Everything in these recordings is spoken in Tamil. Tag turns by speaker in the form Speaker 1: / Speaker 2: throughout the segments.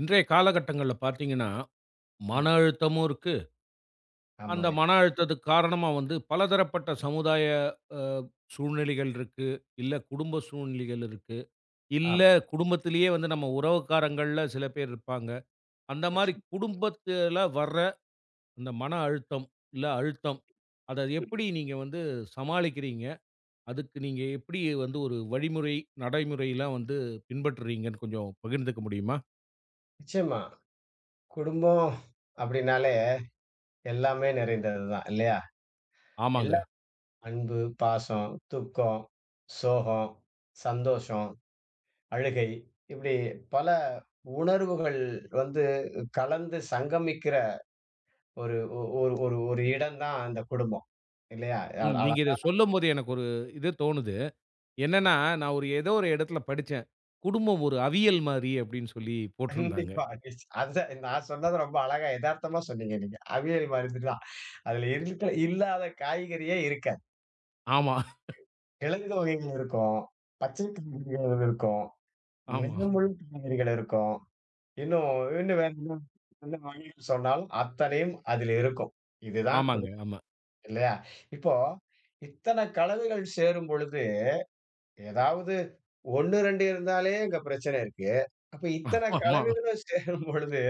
Speaker 1: இன்றைய காலகட்டங்கள்ல பார்த்தீங்கன்னா,
Speaker 2: ம்.
Speaker 1: மன அழுத்தமும் இருக்கு. அந்த
Speaker 2: ஆமாங்க.
Speaker 1: மன அழுத்தத்துக்கு காரணமா வந்து பலதரப்பட்ட சமுதாய அ சூழ்நிலைகள் இருக்கு. இல்ல குடும்ப சூழ்நிலைகள் இருக்கு. இல்ல
Speaker 2: ஆமா.
Speaker 1: குடும்பத்திலேயே வந்து நம்ம உறவுக்காரங்கள்ல சில பேர் இருப்பாங்க. அந்த மாரி
Speaker 2: நிச்சயமா.
Speaker 1: குடும்பத்தில வர்ற அந்த மன அழுத்தம், இல்ல அழுத்தம், அத
Speaker 2: ம்.
Speaker 1: எப்படி நீங்க வந்து சமாளிக்கிறீங்க? அதுக்கு நீங்க எப்படி வந்து ஒரு வழிமுறை, நடைமுறைலாம் வந்து பின்பற்றுறீங்கன்னு கொஞ்சம் பகிர்ந்துக்க முடியுமா?
Speaker 2: நிச்சயமா. குடும்பம் அப்படின்னாலே எல்லாமே நிறைந்தது தான் இல்லையா?
Speaker 1: ஆமாங்க.
Speaker 2: எல்லா அன்பு, பாசம், துக்கம், சோகம், சந்தோஷம், அழுகை இப்படி பல உணர்வுகள் வந்து கலந்து சங்கமிக்கிற ஒரு ஒ ஒரு ஒரு ஒரு இடம் தான் இந்த குடும்பம். இல்லையா?
Speaker 1: ம். நீங்க
Speaker 2: அழகா.
Speaker 1: இத சொல்லும்போது எனக்கு ஒரு இது தோணுது. என்னன்னா, நான் ஒரு ஏதோ ஒரு இடத்துல படிச்சேன். குடும்பம் ஒரு அவியல் மாரி அப்படின்னு சொல்லி போட்டிருந்தாங்க.
Speaker 2: கண்டிப்பா. அத நான் சொன்னது ரொம்ப அழகா எதார்த்தமா சொன்னீங்க நீங்க. அவியல் மாதிரி தான். அதுல இருக்கிற இல்லாத காய்கறியே இருக்காது.
Speaker 1: ஆமா,
Speaker 2: கிழங்கு வகைகள் இருக்கும். பச்சை காய்கறிகள் இருக்கும்.
Speaker 1: ஆமா,
Speaker 2: நிறமுள் காய்கறிகள் இருக்கும். இன்னும் இன்னும் வேற என்ன என்ன வகைகள் சொன்னாலும் அத்தனையும் அதில் இருக்கும். இதுதான்
Speaker 1: ஆமாங்க,
Speaker 2: குடும்பம்,
Speaker 1: ஆமா,
Speaker 2: இல்லையா? இப்போ இத்தன கலவைகள் சேரும் பொழுது, ஏதாவது 1, 2 இருந்தாலே அங்க பிரச்சனை இருக்கு. அப்ப இத்தன
Speaker 1: ஆமா.
Speaker 2: கலவைகளும் சேரும் பொழுது,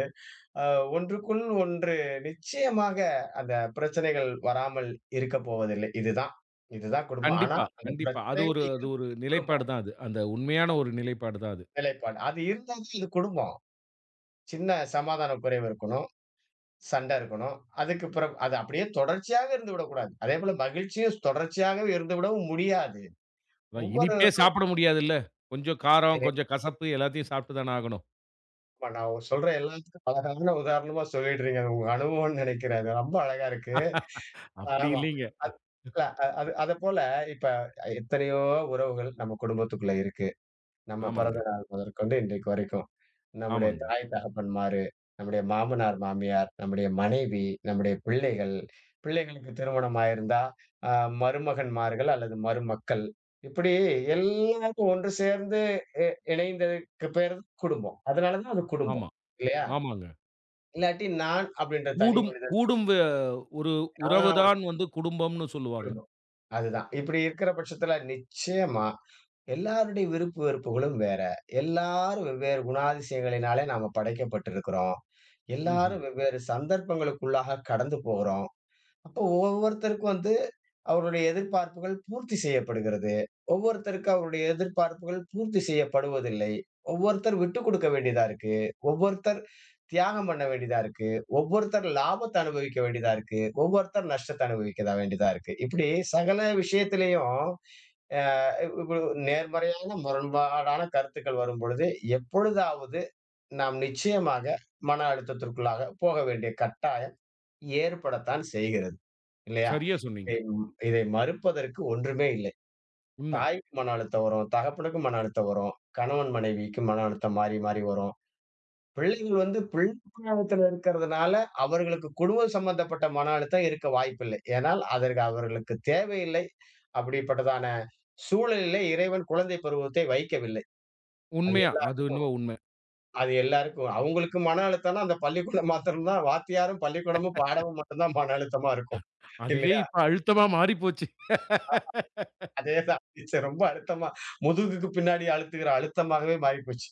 Speaker 2: அ ஒன்றுக்குள் ஒன்று நிச்சயமாக அந்த பிரச்சனைகள் வராமல் இருக்கப்போவதில்லை. இதுதான். இதுதான் குடும்பம். ஆனா
Speaker 1: கண்டிப்பா,
Speaker 2: அந்த
Speaker 1: கண்டிப்பா. அது ஒரு அது
Speaker 2: பிரச்சனைகள்
Speaker 1: ஒரு நிலைப்பாடு தான் அது. அந்த உண்மையான ஒரு நிலைப்பாடு தான் அது.
Speaker 2: நிலைப்பாடு. அது இருந்தா தான் இது குடும்பம். சின்ன சமாதான குறைவு இருக்கணும். சண்டை இருக்கணும். அதுக்கு பிறகு அது அப்படியே தொடர்ச்சியாக இருந்துவிடக்கூடாது. அதேபோல மகிழ்ச்சியும் தொடர்ச்சியாகவே இருந்துவிடவும் முடியாது.
Speaker 1: அதான்
Speaker 2: ஒவ்வொரு
Speaker 1: இனிப்பே சாப்பிட முடியாதுல்ல. கொஞ்சம் காரம், கொஞ்சம் கசப்பு எல்லாத்தையும் சாப்பிட்டு தானே ஆகணும்.
Speaker 2: இப்ப நான் சொல்ற எல்லாத்துக்கும் அழகான உதாரணமா சொல்லிடுறீங்க. அது உங்க அனுபவம்னு நினைக்கிறேன். அது ரொம்ப அழகா இருக்கு.
Speaker 1: அப்படி
Speaker 2: ஆமா.
Speaker 1: இல்லைங்க.
Speaker 2: அது இல்ல அது அது அத போல இப்ப எத்தனையோ உறவுகள் நம்ம குடும்பத்துக்குள்ள இருக்கு. நம்ம
Speaker 1: ஆமாங்க,
Speaker 2: பிறந்த நாள் முதற்கொண்டு இன்றைக்கு வரைக்கும். நம்முடைய
Speaker 1: ஆமாங்க,
Speaker 2: தாய் தகப்பன்மாரு, நம்முடைய மாமனார், மாமியார், நம்முடைய மனைவி, நம்முடைய பிள்ளைகள், பிள்ளைகளுக்கு திருமணம் ஆயிருந்தா, அ மருமகன்மார்கள் அல்லது மருமக்கள். இப்படி எல்லாருக்கும் ஒன்று சேர்ந்து இ இணைந்ததுக்கு பேரு குடும்பம். அதனால தான் அது குடும்பம்.
Speaker 1: ஆமா,
Speaker 2: இல்லையா?
Speaker 1: ஆமாங்க.
Speaker 2: இல்லாட்டி நான் அப்படின்ற தனி
Speaker 1: கூடும்
Speaker 2: மனிதன்.
Speaker 1: கூடும் ஒரு
Speaker 2: ஆ
Speaker 1: உறவு தான் வந்து குடும்பம்னு சொல்லுவாங்க.
Speaker 2: குடும்பம். அதுதான். இப்படி இருக்கிற பட்சத்துல நிச்சயமா எல்லாருடைய விருப்பு வெறுப்புகளும் வேற. எல்லாரும் வெவ்வேறு குணாதிசயங்களினாலே நாம படைக்கப்பட்டிருக்கிறோம்.
Speaker 1: ம்ஹ்ம்.
Speaker 2: எல்லாரும் வெவ்வேறு சந்தர்ப்பங்களுக்குள்ளாக கடந்து போறோம். அப்போ ஒவ்வொருத்தருக்கும் வந்து அவருடைய எதிர்பார்ப்புகள் பூர்த்தி செய்யப்படுகிறது. ஒவ்வொருத்தருக்கு அவருடைய எதிர்பார்ப்புகள் பூர்த்தி செய்யப்படுவதில்லை. ஒவ்வொருத்தர் விட்டுக் கொடுக்க வேண்டியதா இருக்கு. ஒவ்வொருத்தர் தியாகம் பண்ண வேண்டியதா இருக்கு. ஒவ்வொருத்தர் லாபத்த அனுபவிக்க வேண்டியதா இருக்கு. ஒவ்வொருத்தர் நஷ்டத்த அனுபவிக்கதா வேண்டியதா இருக்கு. இப்படி சகல விஷயத்திலேயும் அ இவ்வளவு நேர்மறையான முரண்பாடான கருத்துக்கள் வரும்பொழுது, எப்பொழுதாவது நாம் நிச்சயமாக மன அழுத்தத்திற்குள்ளாக போக வேண்டிய கட்டாயம் ஏற்படத்தான் செய்கிறது. இல்லையா?
Speaker 1: சரியா சொன்னீங்க.
Speaker 2: இதை இதை மறுப்பதற்கு ஒன்றுமே இல்லை.
Speaker 1: உண்ம.
Speaker 2: தாய்க்கு மன அழுத்தம் வரும், தகப்பனுக்கும் மன அழுத்தம் வரும், கணவன் மனைவிக்கு மன அழுத்தம் மாறி மாறி வரும். பிள்ளைகள் வந்து பிள்ளை பருவத்துல இருக்கிறதுனால, அவர்களுக்கு குடும்பம் சம்பந்தப்பட்ட மன அழுத்தம் இருக்க வாய்ப்பில்லை. ஏனால், அதற்கு அவர்களுக்கு தேவையில்லை. அப்படிப்பட்டதான சூழலிலே இறைவன் குழந்தை பருவத்தை வைக்கவில்லை. அது
Speaker 1: உண்மையா.
Speaker 2: எல்லா
Speaker 1: அது என்னவோ உண்ம.
Speaker 2: அது எல்லாருக்கும் அவங்களுக்கு மன அழுத்தம்னா அந்த பள்ளிக்கூடம் மாத்திரம் தான் வாத்தியாரும், பள்ளிக்கூடமும், பாடமும் மட்டும் தான் மன அழுத்தமா இருக்கும்.
Speaker 1: அதுவே
Speaker 2: இல்லையா?
Speaker 1: இப்ப அழுத்தமா மாறிப்போச்சு.
Speaker 2: அதேதான். டீச்சர் ரொம்ப அழுத்தமா முதுகுக்கு பின்னாடி அழுத்துகிற அழுத்தமாகவே மாறிப்போச்சு.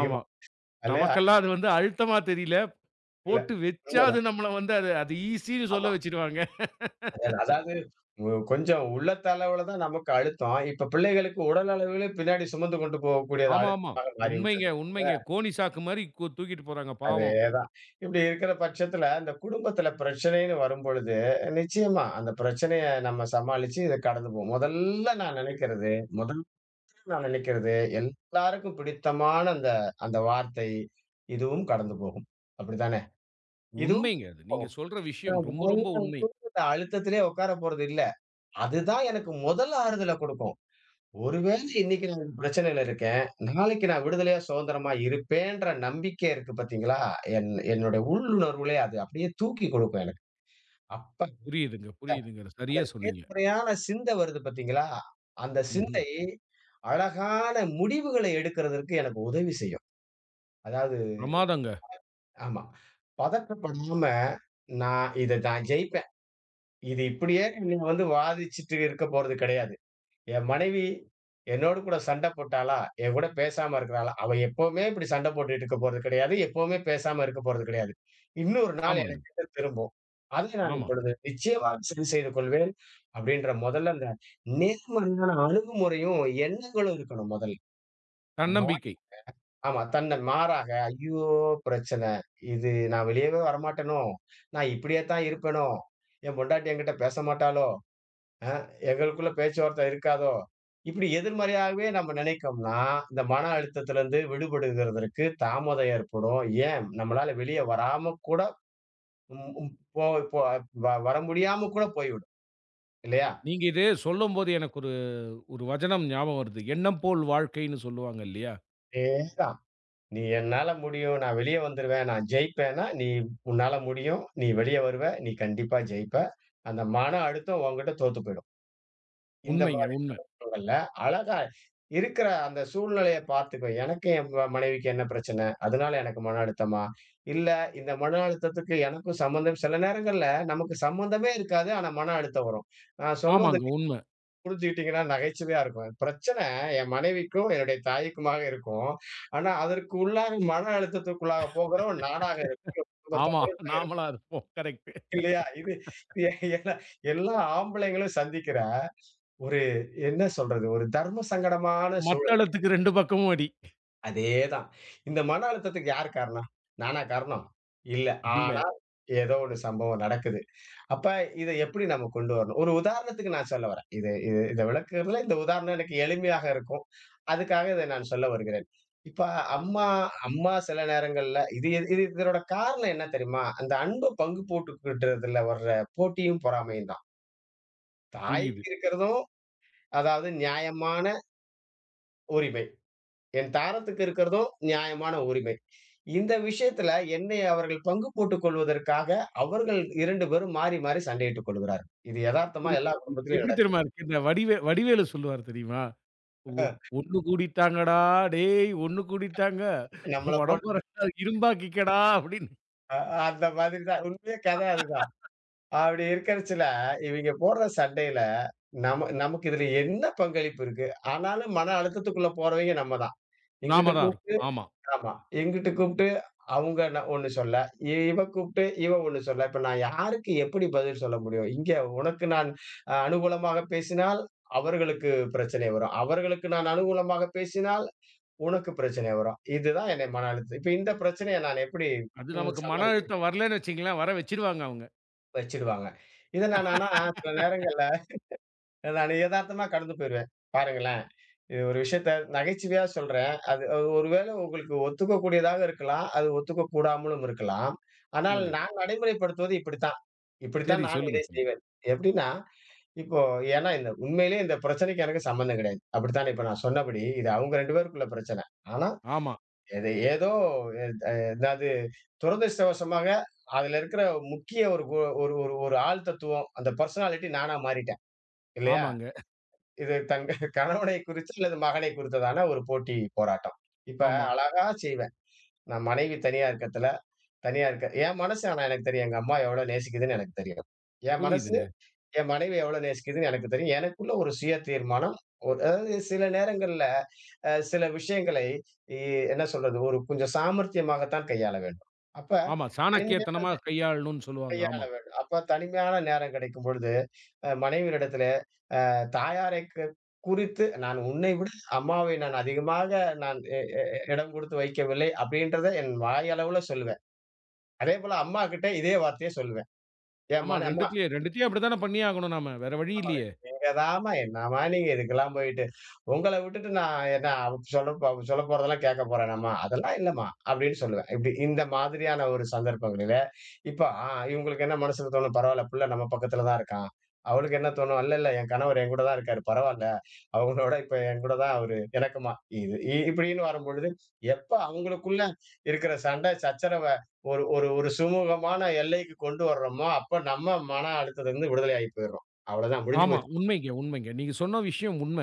Speaker 1: ஆமா.
Speaker 2: இல்லையா?
Speaker 1: நமக்கெல்லாம் அது வந்து அழுத்தமா தெரியல.
Speaker 2: இல்ல.
Speaker 1: போட்டு வச்சா அது
Speaker 2: உண்மதான்.
Speaker 1: நம்மள வந்து அது அது ஈஸின்னு சொல்ல
Speaker 2: ஆமா.
Speaker 1: வச்சுடுவாங்க.
Speaker 2: அதான் அதாவது கொஞ்சம் உள்ளத்தளவுல தான் நமக்கு அழுத்தம். இப்ப பிள்ளைகளுக்கு உடல் அளவிலே பின்னாடி சுமந்து கொண்டு போகக்கூடிய
Speaker 1: ஆமா, ஆமா.
Speaker 2: அழுத்தமாக
Speaker 1: உண்மைங்க,
Speaker 2: மாறிவிட்டது.
Speaker 1: உண்மைங்க. கோணி சாக்கு மாரி தூக்கிட்டு போறாங்க பாவம்.
Speaker 2: அதேதான். இப்படி இருக்கிற பட்சத்துல, அந்த குடும்பத்துல பிரச்சனைன்னு வரும்பொழுது, நிச்சயமா அந்த பிரச்சனைய நம்ம சமாளிச்சு இத கடந்து போவோம். முதல்ல நான் நினைக்கிறது, எல்லாருக்கும் பிடித்தமான அந்த அந்த வார்த்தை, "இதுவும் கடந்து போகும்." அப்படித்தானே? இதுவும்
Speaker 1: உண்மைங்க அது. நீங்க சொல்ற விஷயம்
Speaker 2: நான்
Speaker 1: ரொம்ப, ரொம்ப
Speaker 2: வாழ்க்கையில
Speaker 1: உண்மை.
Speaker 2: இந்த அழுத்தத்திலே உட்கார போறது இல்ல. அதுதான் எனக்கு முதல் ஆறுதல குடுக்கும். ஒருவேளை இன்னைக்கு நான் பிரச்சனையில இருக்கேன். நாளைக்கு நான் விடுதலையா, சுதந்திரமா இருப்பேன்ற நம்பிக்கை இருக்கு பார்த்தீங்களா? என்னோட உள்ளுணர்வுலே அது அப்படியே தூக்கி கொடுக்கும் எனக்கு. அப்ப
Speaker 1: புரியுதுங்க, புரியுதுங்க.
Speaker 2: அந்த
Speaker 1: சரியா சொன்னீங்க.
Speaker 2: நேர்மறையான சிந்தை வருது பார்த்தீங்களா? அந்த
Speaker 1: ம்ஹ்ம்.
Speaker 2: சிந்தை அழகான முடிவுகள எடுக்கிறதற்கு எனக்கு உதவி செய்யும். அதாவது
Speaker 1: பிரமாதங்க.
Speaker 2: ஆமா. பதட்டப்படாம நான் ஜெயிப்பேன். இது இப்படியே நீங்க வந்து வாதிச்சுட்டு இருக்க போறது கிடையாது. என் மனைவி என்னோடு கூட சண்டை போட்டாளா? என் கூட பேசாம இருக்கிறாளா? அவ எப்பவுமே இப்படி சண்டை போட்டுட்டு இருக்க போறது கிடையாது. எப்பவுமே பேசாம இருக்க போறது கிடையாது. இன்னொரு நாள்
Speaker 1: ஆமாங்க.
Speaker 2: என்கிட்ட திரும்பும். அதை நான்
Speaker 1: ஆமா.
Speaker 2: இப்பொழுது நிச்சயமாக சரி செய்து கொள்வேன். அப்படின்ற முதல்ல அந்த நேர்மறையான அணுகுமுறையும், எண்ணங்களும் இருக்கணும் முதல்ல. மா
Speaker 1: தன்னம்பிக்கை.
Speaker 2: ஆமா. தன்னை மாறாக, ஐயோ! பிரச்சனை. இது நான் வெளியவே வரமாட்டேனோ! நான் இப்படியே தான் இருப்பேனோ! என் பொண்டாட்டி என்கிட்ட பேச மாட்டாளோ! அ எங்களுக்குள்ள பேச்சுவார்த்தை இருக்காதோ! இப்படி எதிர்மறையாகவே நம்ம நினைக்கம்ன்னா, இந்த மன அழுத்தத்திலிருந்து விடுபடுகிறதற்கு தாமதம் ஏற்படும். ஏன்? நம்மளால வெளிய வராம கூட ம் ம் போ போ வ வர முடியாம கூட போய்விடும். இல்லையா?
Speaker 1: நீங்க இது சொல்லும்போது எனக்கு ஒரு ஒரு வசனம் ஞாபகம் வருது. எண்ணம் போல் வாழ்க்கைன்னு சொல்லுவாங்க இல்லையா?
Speaker 2: அதேதான். "நீ என்னால முடியும். நான் வெளிய வந்துருவேன். நான் ஜெயிப்பேன்னா, நீ உன்னால முடியும். நீ வெளிய வருவ. நீ கண்டிப்பா ஜெயிப்ப. அந்த மன அழுத்தம் உன்கிட்ட தோத்து போயிடும்." இந்த
Speaker 1: உண்மைங்க, உண்மை.
Speaker 2: சொல்லல. அழகா இருக்கிற அந்த சூழ்நிலைய பார்த்துக்கோ. எனக்கு என் மனைவிக்கு என்ன பிரச்சனை? அதனால எனக்கு மன அழுத்தமா? இல்ல இந்த மன அழுத்தத்துக்கு எனக்கும் சம்மந்தம் சில நேரங்கள்ல நமக்கு சம்மந்தமே இருக்காது. ஆனா மன அழுத்தம் வரும். நான் சொல்வத
Speaker 1: ஆமாங்க,
Speaker 2: நீங்க
Speaker 1: உண்ம.
Speaker 2: புரிஞ்சுக்கிட்டீங்கன்னா நகைச்சுவையா இருக்கும். பிரச்சனை என் மனைவிக்கும், என்னுடைய தாய்க்குமாக இருக்கும். ஆனா அதற்கு உள்ளாக மன அழுத்தத்துக்குள்ளாக போகிறவன் நானாக இருப்பேன். குடும்ப
Speaker 1: ஆமா.
Speaker 2: தலைவனாக இருப்பேன்.
Speaker 1: நாமளா இருப்போம். கரெக்ட்டு.
Speaker 2: இல்லையா? இது இது எல்லா எல்லா ஆம்பளைங்களும் சந்திக்கிற ஒரு என்ன சொல்றது? ஒரு தர்ம சங்கடமான சூழல்.
Speaker 1: மத்தளத்துக்கு 2 பக்கமும் அடி.
Speaker 2: அதேதான். இந்த மன அழுத்தத்துக்கு யார் காரணம்? நானா காரணம்? இல்ல.
Speaker 1: இல்ல.
Speaker 2: ஆனா, ஏதோ ஒரு சம்பவம் நடக்குது. அப்ப இத எப்படி நம்ம கொண்டு வரணும்? ஒரு உதாரணத்துக்கு நான் சொல்ல வரேன். இது இது இத விளக்குறதுல இந்த உதாரணம் எனக்கு எளிமையாக இருக்கும். அதுக்காக இத நான் சொல்ல வருகிறேன். இப்ப அம்மா அம்மா சில நேரங்கள்ல இது இதனோட காரணம் என்ன தெரியுமா? அந்த அன்ப பங்கு போட்டுக்கிட்டறதுல வர்ற போட்டியும், பொறாமையும் தான். தாய்க்கு
Speaker 1: புரியுது.
Speaker 2: இருக்கிறதும் அதாவது நியாயமான உரிமை. என் தாரத்துக்கு இருக்கிறதும் நியாயமான உரிமை. இந்த விஷயத்துல என்னை அவர்கள் பங்கு போட்டுக் கொள்வதற்காக அவர்கள் 2 பேரும் மாறி, மாறி சண்டையிட்டுக் கொள்கிறார்கள். இது எதார்த்தமா எல்லா
Speaker 1: புரியுது. இது
Speaker 2: குடும்பத்திலயும்
Speaker 1: எப்படி தெரியுமா இருக்கு? இந்த வடிவே வடிவேலு சொல்லுவாரு தெரியுமா? ஒ
Speaker 2: நடக்கும்.
Speaker 1: ஒண்ணு கூடிட்டாங்கடா! டேய் ஒண்ணு கூடிட்டாங்க.
Speaker 2: நம்மள போட்டு
Speaker 1: உடம்ப 2ஆ இரும்பாக்கிக்கடா! அப்படின்னு.
Speaker 2: அ அந்த மாதிரி தான். உண்மையே கத அதுதான். அப்படி இருக்கிறச்சுல, இவைங்க போடுற சண்டையில நம்ம நமக்கு இதுல என்ன பங்களிப்பு இருக்கு? ஆனாலும் மன அழுத்தத்துக்குள்ள போறவைங்க நம்ம தான்.
Speaker 1: நாம
Speaker 2: எங்கிட்ட
Speaker 1: தான் இருக்கோம்.
Speaker 2: கூப்பிட்டு
Speaker 1: ஆமா.
Speaker 2: ஆமா. எங்கிட்ட கூப்ட்டு அவங்க ந ஒண்ணு சொல்ல, இவ கூப்ட்டு இவ ஒண்ணு சொல்ல. இப்ப நான் யாருக்கு எப்படி பதில் சொல்ல முடியும்? இங்க உனக்கு நான் அனுகூலமாக பேசினால், அவர்களுக்கு பிரச்சனை வரும். அவர்களுக்கு நான் அனுகூலமாக பேசினால், உனக்கு பிரச்சனை வரும். இதுதான் என்னை மன அழுத்தம். இப்ப இந்த பிரச்சனைய நான் எப்படி
Speaker 1: அது நமக்கு மன
Speaker 2: சமாளிக்க
Speaker 1: அழுத்தம் வரலன்னு வச்சுக்கங்களேன், வர வச்சுருவாங்க அவங்க.
Speaker 2: வச்சிடுவாங்க. இத நான் ஆனா சில நேரங்கள்ல நான் எதார்த்தமா கடந்து போயிருவேன். பாருங்களேன், இது ஒரு விஷயத்த நகைச்சுவையா சொல்றேன். அது அது ஒருவேளை உங்களுக்கு ஒத்துக்கக்கூடியதாக இருக்கலாம். அது ஒத்துக்க கூடாமலும் இருக்கலாம். ஆனால்
Speaker 1: சொல்லுங்க.
Speaker 2: நான் நடைமுறைப்படுத்துவது இப்படித்தான். இப்படித்தான்
Speaker 1: சரி
Speaker 2: நான்
Speaker 1: சொல்லுங்க,
Speaker 2: இதை
Speaker 1: சொல்லுங்க.
Speaker 2: செய்வேன். எப்படின்னா, இப்போ ஏன்னா இந்த உண்மையிலேயே இந்த பிரச்சனைக்கு எனக்கு சம்மந்தம் கிடையாது. அப்படித்தானே இப்ப நான் சொன்னபடி, இது அவங்க 2 பேருக்குள்ள பிரச்சனை. ஆனா,
Speaker 1: ஆமா.
Speaker 2: எது ஏதோ எ அ எதாவது துரதிர்ஷ்டவசமாக அதுல இருக்கிற முக்கிய ஒரு கு ஒரு ஒரு ஒரு ஆள் தத்துவம், அந்த பெர்சனாலிட்டி நானா மாறிட்டேன். இல்லையா?
Speaker 1: ஆமாங்க.
Speaker 2: இது தங்க கணவனை குறித்து அல்லது மகனை குறித்ததான ஒரு போட்டி போராட்டம். இப்ப
Speaker 1: ஆமா.
Speaker 2: அழகா செய்வேன். நான் மனைவி தனியா இருக்க என் மனசு ஆனா எனக்கு தெரியும். எங்க அம்மா எவ்வளோ நேசிக்குதுன்னு எனக்கு தெரியும். என் மனசு
Speaker 1: புரியுதுங்க.
Speaker 2: என் மனைவி எவ்வளோ நேசிக்குதுன்னு எனக்கு தெரியும். எனக்குள்ள ஒரு சுய தீர்மானம். ஒரு அதாவது சில நேரங்கள்ல சில விஷயங்களை இ என்ன சொல்றது? ஒரு கொஞ்சம் சாமர்த்தியமாகத்தான் கையாள வேண்டும். அப்ப
Speaker 1: ஆமா.
Speaker 2: தனிமையான
Speaker 1: சாணக்கியத்தனமா
Speaker 2: நே-
Speaker 1: கையாளணும்னு சொல்லுவாங்க.
Speaker 2: கையாள
Speaker 1: ஆமா.
Speaker 2: வேண்டும். அப்ப தனிமையான நேரம் கிடைக்கும் பொழுது மனைவியிடத்தில தாயாரை குறித்து நான் உன்னை விட அம்மாவை நான் அதிகமாக நான் எ எ எ இடம் கொடுத்து வைக்கவில்லை. அப்படின்றத என் வாயளவுல சொல்லுவேன். அதேபோல அம்மாகிட்ட இதே வார்த்தைய சொல்லுவேன்.
Speaker 1: ஆமா
Speaker 2: ஏம்மா
Speaker 1: 2த்துலயும் 2த்தையும் அப்படித்தானே பண்ணியே ஆகணும் நாம. வேற வழி இல்லயே!
Speaker 2: நீங்கதாம்மா என்னம்மா நீங்க இதுக்கெல்லாம் போயிட்டு. உங்கள விட்டுட்டு நான் என்ன அவ சொல்லப் போறதெல்லாம் கேட்கப் போறேனாம்மா? அதெல்லாம் இல்லம்மா அப்படின்னு சொல்லுவேன். இப்படி இந்த மாதிரியான ஒரு சந்தர்ப்பங்களில, இப்ப இவங்களுக்கு என்ன மனசுக்கு தோணும்? பரவால்ல புள்ள நம்ம பக்கத்துல தான் இருக்கான். அவளுக்கு என்ன தோணும்? இல்ல, இல்ல என் கணவர் என்கூட தான் இருக்காரு. பரவால்ல. அவங்களோட இப்ப என்கூட தான் அவரு இணக்கமா இது இ இப்படின்னு வரும்பொழுது, எப்ப அவங்களுக்குள்ள இருக்கிற சண்டை, சச்சரவ ஒரு ஒரு ஒரு சுமூகமான எல்லைக்கு கொண்டு வர்றோமோ, அப்ப நம்ம மன அழுத்தத்திலிருந்து விடுதலையாயி போயிர்றோம். அவ்வளதான் முடிஞ்சு
Speaker 1: ஆமா.
Speaker 2: போச்சு.
Speaker 1: உண்மைங்க, உண்மைங்க. நீங்க சொன்ன விஷயம் உண்ம.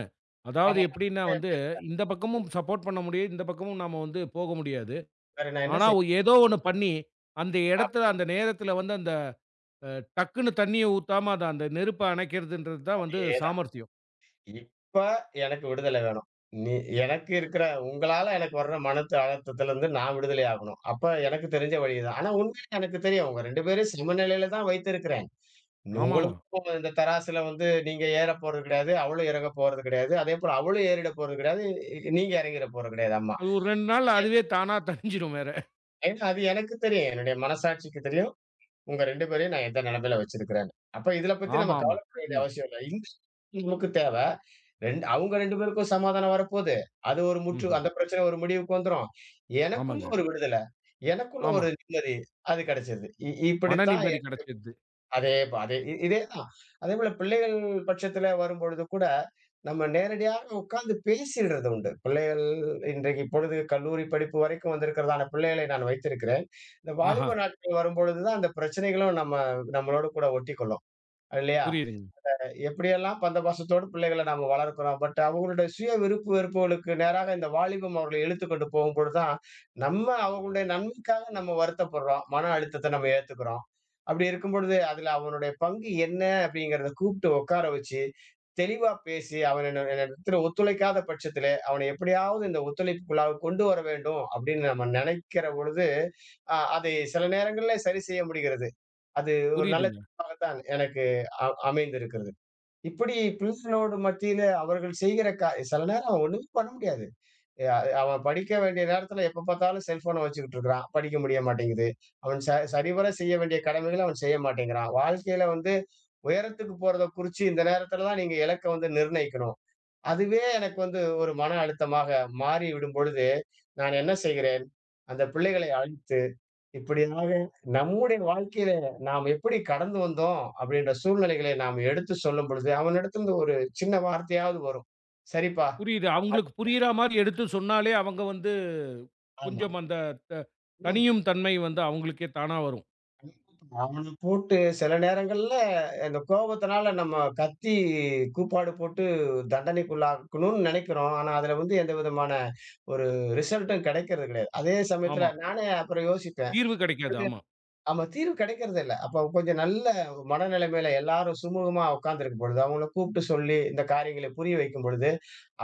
Speaker 1: அதாவது
Speaker 2: ஆமா நான்
Speaker 1: எப்படின்னா
Speaker 2: போய்
Speaker 1: வந்து,
Speaker 2: எப்பயாச்சும்
Speaker 1: இந்த பக்கமும் சப்போர்ட் பண்ண முடியாது. இந்த பக்கமும் நாம வந்து போக முடியாது.
Speaker 2: வேற நான் என்ன
Speaker 1: ஆனா,
Speaker 2: செய்ய?
Speaker 1: ஏதோ ஒண்ணு பண்ணி, அந்த இடத்துல, அந்த நேரத்துல வந்து அந்த அ டக்குன்னு தண்ணீய ஊத்தாம, அத அந்த நெருப்ப அணைக்கிறதுன்றது தான் வந்து
Speaker 2: அதேதான்.
Speaker 1: சாமர்த்தியம்.
Speaker 2: இப்ப எனக்கு விடுதலை வேணும். நீ எனக்கு இருக்கிற உங்களால எனக்கு வர்ற மனத்து அழுத்தத்திலிருந்து நான் விடுதலை ஆகணும். அப்ப எனக்கு தெரிஞ்ச வழி இது. ஆனா உண்மையில எனக்கு தெரியும். உங்க 2 பேரையும் சமநிலையில தான் வைத்திருக்கிறேன்.
Speaker 1: ஆமாமா.
Speaker 2: உங்களுக்கும் இந்த தராசுல வந்து நீங்க ஏறப் போறது கிடையாது. அவளும் இறங்கப் போறது கிடையாது. அதேபோல அவளும் ஏறிடப் போறது கிடையாது. நீங்க இறங்கிடப் போறது கிடையாது. அம்மா.
Speaker 1: அது ஒரு 2 நாள்ல அதுவே தானா தணிஞ்சிரும் வேற.
Speaker 2: ஏன்னா அது எனக்கு தெரியும். என்னுடைய மனசாட்சிக்கு தெரியும். உங்க 2 பேரையும் நான் எந்த நிலைமையில வச்சிருக்கிறேன்னு. அப்ப இதல பத்தி நம்ம
Speaker 1: ஆமாமா.
Speaker 2: கவலைப்பட வேண்டிய
Speaker 1: உண்ம.
Speaker 2: அவசியம் இல்ல. இந்த நமக்கு தேவ. அவங்க 2 பேருக்கும் சமாதானம் வரப்போது. அது ஒரு முற்று
Speaker 1: ம்ஹ்ம்.
Speaker 2: அந்த பிரச்சனை ஒரு முடிவுக்கு வந்துரும். எனக்குள்ள
Speaker 1: ஆமாங்க.
Speaker 2: ஒரு விடுதல. எனக்குள்ள
Speaker 1: ஆமா.
Speaker 2: ஒரு நிம்மதி. அது கிடைச்சது.
Speaker 1: மன
Speaker 2: இப்படித்தான்
Speaker 1: நிம்மதி கிடைச்சிடுது.
Speaker 2: அதே ப அதே இ இதேதான். அதேபோல பிள்ளைகள் பட்சத்துல வரும்பொழுது கூட, நம்ம நேரடியாக உட்கார்ந்து பேசிடுறது உண்டு. பிள்ளைகள் இன்றைக்கு இப்பொழுது கல்லூரி படிப்பு வரைக்கும் வந்திருக்கிறதான பிள்ளைகளை நான் வைத்திருக்கிறேன். இந்த
Speaker 1: ஆஹா.
Speaker 2: வாலிப நாட்கள் வரும்பொழுது தான் அந்த பிரச்சனைகளும் நம்ம நம்மளோடு கூட ஒட்டிக்கொள்ளும். இல்லையா?
Speaker 1: புரியுதுங்க.
Speaker 2: எப்படியெல்லாம் பந்தபாசத்தோடு பிள்ளைகள நாம வளர்க்கிறோம். அவங்களுடைய சுய விருப்பு வெறுப்புகளுக்கு நேராக இந்த வாலிபம் அவர்களை இழுத்துக்கொண்டு போகும்பொழுது தான், நம்ம அவங்களுடைய நன்மைக்காக நம்ம வருத்தப்படுறோம். மன அழுத்தத்த நம்ம ஏத்துக்கிறோம். அப்படி இருக்கும் பொழுது, அதுல அவனுடைய பங்கு என்ன அப்படிங்கிறத கூப்பிட்டு உட்கார வச்சு, தெளிவா பேசி அவன் என்ன என்னிடத்தில ஒத்துழைக்காத பட்சத்திலே, அவனை எப்படியாவது இந்த ஒத்துழைப்புக்குள்ளாக கொண்டு வர வேண்டும் அப்படின்னு நம்ம நினைக்கிற பொழுது, அதை சில நேரங்கள்ல சரி செய்ய முடிகிறது. அது ஒரு நல்ல
Speaker 1: புரியுதுங்க.
Speaker 2: தீர்வாகத்தான் எனக்கு அமைந்திருக்கிறது. இப்படி பிள்ளைகளோடு மத்தியில அவர்கள் செய்கிற கா சில நேரம் அவன் ஒண்ணுமே பண்ண முடியாது. எ அ அவன் படிக்க வேண்டிய நேரத்துல எப்ப பார்த்தாலும் செல்போன வச்சுக்கிட்டு இருக்கிறான். படிக்க முடிய மாட்டேங்குது. அவன் சரிவர செய்ய வேண்டிய கடமைகள அவன் செய்ய மாட்டேங்கிறான். வாழ்க்கையில வந்து உயரத்துக்கு போறத குறிச்சு இந்த நேரத்துல தான் நீங்க இலக்க வந்து நிர்ணயிக்கணும். அதுவே எனக்கு வந்து ஒரு மன அழுத்தமாக மாறிவிடும் பொழுது, நான் என்ன செய்கிறேன்? அந்த பிள்ளைகளை அழைத்து இப்படியாக நம்முடைய வாழ்க்கையில நாம் எப்படி கடந்து வந்தோம் அப்படின்ற சூழ்நிலைகளை நாம் எடுத்து சொல்லும் பொழுது அவனிடத்திலிருந்து ஒரு சின்ன வார்த்தையாவது வரும். சரிப்பா,
Speaker 1: புரியுது. அவங்களுக்கு புரியிற மாரி எடுத்து சொன்னாலே, அவங்க வந்து
Speaker 2: ஆமா.
Speaker 1: கொஞ்சம் அந்த த
Speaker 2: ம்.
Speaker 1: தணியும் தன்மை வந்து அவங்களுக்கே தானா வரும்.
Speaker 2: அவன போட்டு சில நேரங்கள்ல இந்த கோபத்தினால நம்ம கத்தி கூப்பாடு போட்டு தண்டனைக்குள்ளாக்கணும்னு நினைக்கிறோம். ஆனா அதுல வந்து எந்த விதமான ஒரு ரிசல்ட்டும் கிடைக்கிறது கிடையாது. அதே சமயத்துல
Speaker 1: ஆமா.
Speaker 2: நானே அப்புறம் யோசிப்பேன்.
Speaker 1: தீர்வு கிடைக்காது. ஆமா.
Speaker 2: ஆமா. தீர்வு கிடைக்கிறது இல்ல. அப்ப கொஞ்சம் நல்ல மனநிலைமையில எல்லாரும் சுமூகமா உட்கார்ந்திருக்கும் பொழுது, அவங்கள கூப்பிட்டு சொல்லி இந்த காரியங்களை புரிய வைக்கும் பொழுது,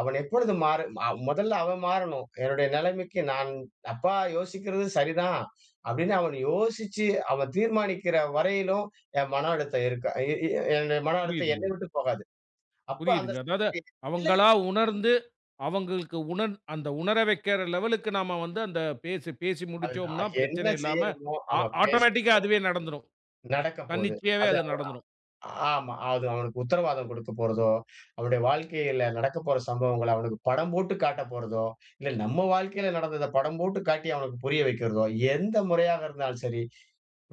Speaker 2: அவன் எப்பொழுது மாறு அ முதல்ல அவன் மாறணும். என்னுடைய நிலைமைக்கு நான் அப்பா யோசிக்கிறது சரிதான். அப்படின்னு அவன் யோசிச்சு, அவன் தீர்மானிக்கிற வரையிலும் என் மன அழுத்தம் இருக்க இ இ என்னுடைய மன அழுத்தம்
Speaker 1: புரியுதுங்க,
Speaker 2: என்னை விட்டு போகாது. அப்ப அந்த
Speaker 1: புரியுதுங்க. அதாவது
Speaker 2: சமயத்தில இல்லை.
Speaker 1: அவங்களா உணர்ந்து, அவங்களுக்கு அந்த உணர வைக்கிற லெவலுக்கு நாம வந்து அந்த பேசி பேசி
Speaker 2: அது
Speaker 1: முடிச்சோம்னா,
Speaker 2: நான் என்ன
Speaker 1: பிரச்சனை இல்லாம
Speaker 2: செய்யணுமோ, அவன் பேசு
Speaker 1: ஆட்டோமேட்டிக்கா அதுவே நடந்துரும்.
Speaker 2: நடக்க போகுது.
Speaker 1: தன்னிச்சையாவே
Speaker 2: அது
Speaker 1: அது நடந்துரும்.
Speaker 2: ஆமா. அது அவனுக்கு உத்தரவாதம் குடுக்க போறதோ, அவனுடைய வாழ்க்கையில நடக்கப் போற சம்பவங்கள அவனுக்கு படம் போட்டு காட்டப் போறதோ, இல்ல நம்ம வாழ்க்கையில நடந்தத படம் போட்டு காட்டி அவனுக்கு புரிய வைக்கிறதோ, எந்த முறையாக இருந்தாலும் சரி,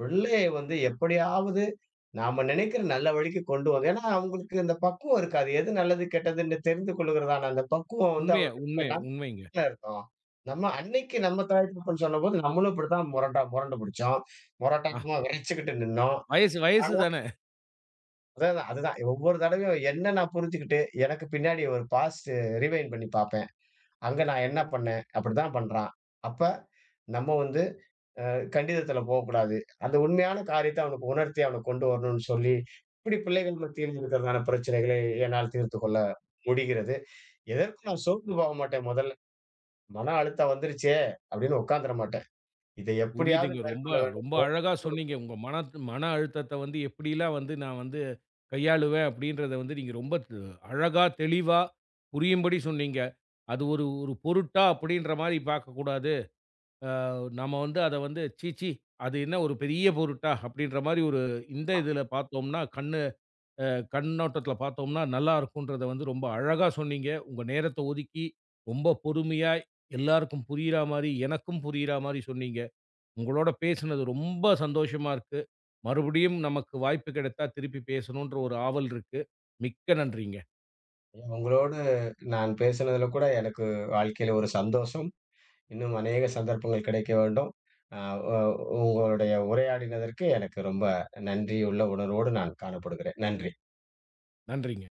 Speaker 2: பிள்ளையை வந்து எப்படியாவது நாம நினைக்கிற நல்ல வழிக்கு கொண்டு வந்து ஏன்னா அவங்களுக்கு அந்த பக்குவம் இருக்காது. எது நல்லது, கெட்டதுன்னு தெரிந்து கொள்ளுகிறதான அந்த பக்குவம் வந்து
Speaker 1: உண்மைய
Speaker 2: அவர்களுக்குள்ள
Speaker 1: உண்மை உண்மைங்க.
Speaker 2: நமக்குள்ள இருக்கும். நம்ம அன்னைக்கு நம்ம தாய் தகப்பன் சொன்னபோது நம்மளும் இப்படித்தான் முரண்டா முரண்டு புடிச்சோம்.
Speaker 1: அ
Speaker 2: முரட்டாட்டமா விறைச்சுக்கிட்டு நின்னோம்.
Speaker 1: வயசு வயசு
Speaker 2: ஆனா
Speaker 1: தான.
Speaker 2: அதான், அதான். அதுதான். ஒவ்வொரு தடவையும் என்ன நான் புரிஞ்சுக்கிட்டு, எனக்கு பின்னாடி ஒரு பாஸ் ரிவைண்ட் பண்ணி பார்ப்பேன். அங்க நான் என்ன பண்ணேன்? அப்படித்தான் பண்றான். அப்ப நம்ம வந்து கண்டிதத்தில போகக்கூடாது. அந்த உண்மையான காரியத்த அவனுக்கு உணர்த்தி அவன கொண்டு வரணும்னு சொல்லி, இப்படி பிள்ளைகள் மத்தியில் இருக்கிறதான பிரச்சனைகளை என்னால் தீர்த்துக் கொள்ள முடிகிறது. எதற்கும் நான் சோர்ந்து போக மாட்டேன் முதல்ல. மன அழுத்தம் வந்துருச்சே அப்படின்னு உட்கார்ந்துட மாட்டேன். இதை எப்படியாவது
Speaker 1: புரியுதுங்க. ரொம்ப
Speaker 2: மேற்கொள்ள வேண்டும்.
Speaker 1: ரொம்ப அழகா சொன்னீங்க. உங்க மன மன அழுத்தத்த வந்து எப்படிலாம் வந்து நான் வந்து கையாளுவேன் அப்படின்றத வந்து நீங்க ரொம்ப அழகா, தெளிவா புரியும்படி சொன்னீங்க. அது ஒரு ஒரு பொருட்டா அப்படின்ற மாரி பார்க்கக்கூடாது. நம்ம வந்து அத வந்து "சீ சீ அது என்ன ஒரு பெரிய பொருட்டா?" அப்படின்ற மாரி ஒரு இந்த இதுல பார்த்தோம்னா, கண்ணு அ கண்ணோட்டத்துல பார்த்தோம்னா நல்லாருக்குன்றத வந்து ரொம்ப அழகா சொன்னீங்க. உங்க நேரத்த ஒதுக்கி, ரொம்ப பொறுமையா எல்லாருக்கும் புரியிற மாரி, எனக்கும் புரியிற மாரி சொன்னீங்க. உங்களோட பேசுனது ரொம்ப சந்தோஷமா இருக்கு. மறுபடியும் நமக்கு வாய்ப்பு கிடைத்தா திருப்பி பேசணுன்ற ஒரு ஆவல் இருக்கு. மிக்க நன்றிங்க.
Speaker 2: உங்களோடு நான் பேசினதுல கூட எனக்கு வாழ்க்கையில ஒரு சந்தோஷம். இன்னும் அநேக சந்தர்ப்பங்கள் கிடைக்க வேண்டும். அ ஒ உங்களுடைய உரையாடினதற்கு எனக்கு ரொம்ப நன்றியுள்ள உணர்வோடு நான் காணப்படுகிறேன். நன்றி.
Speaker 1: நன்றிங்க.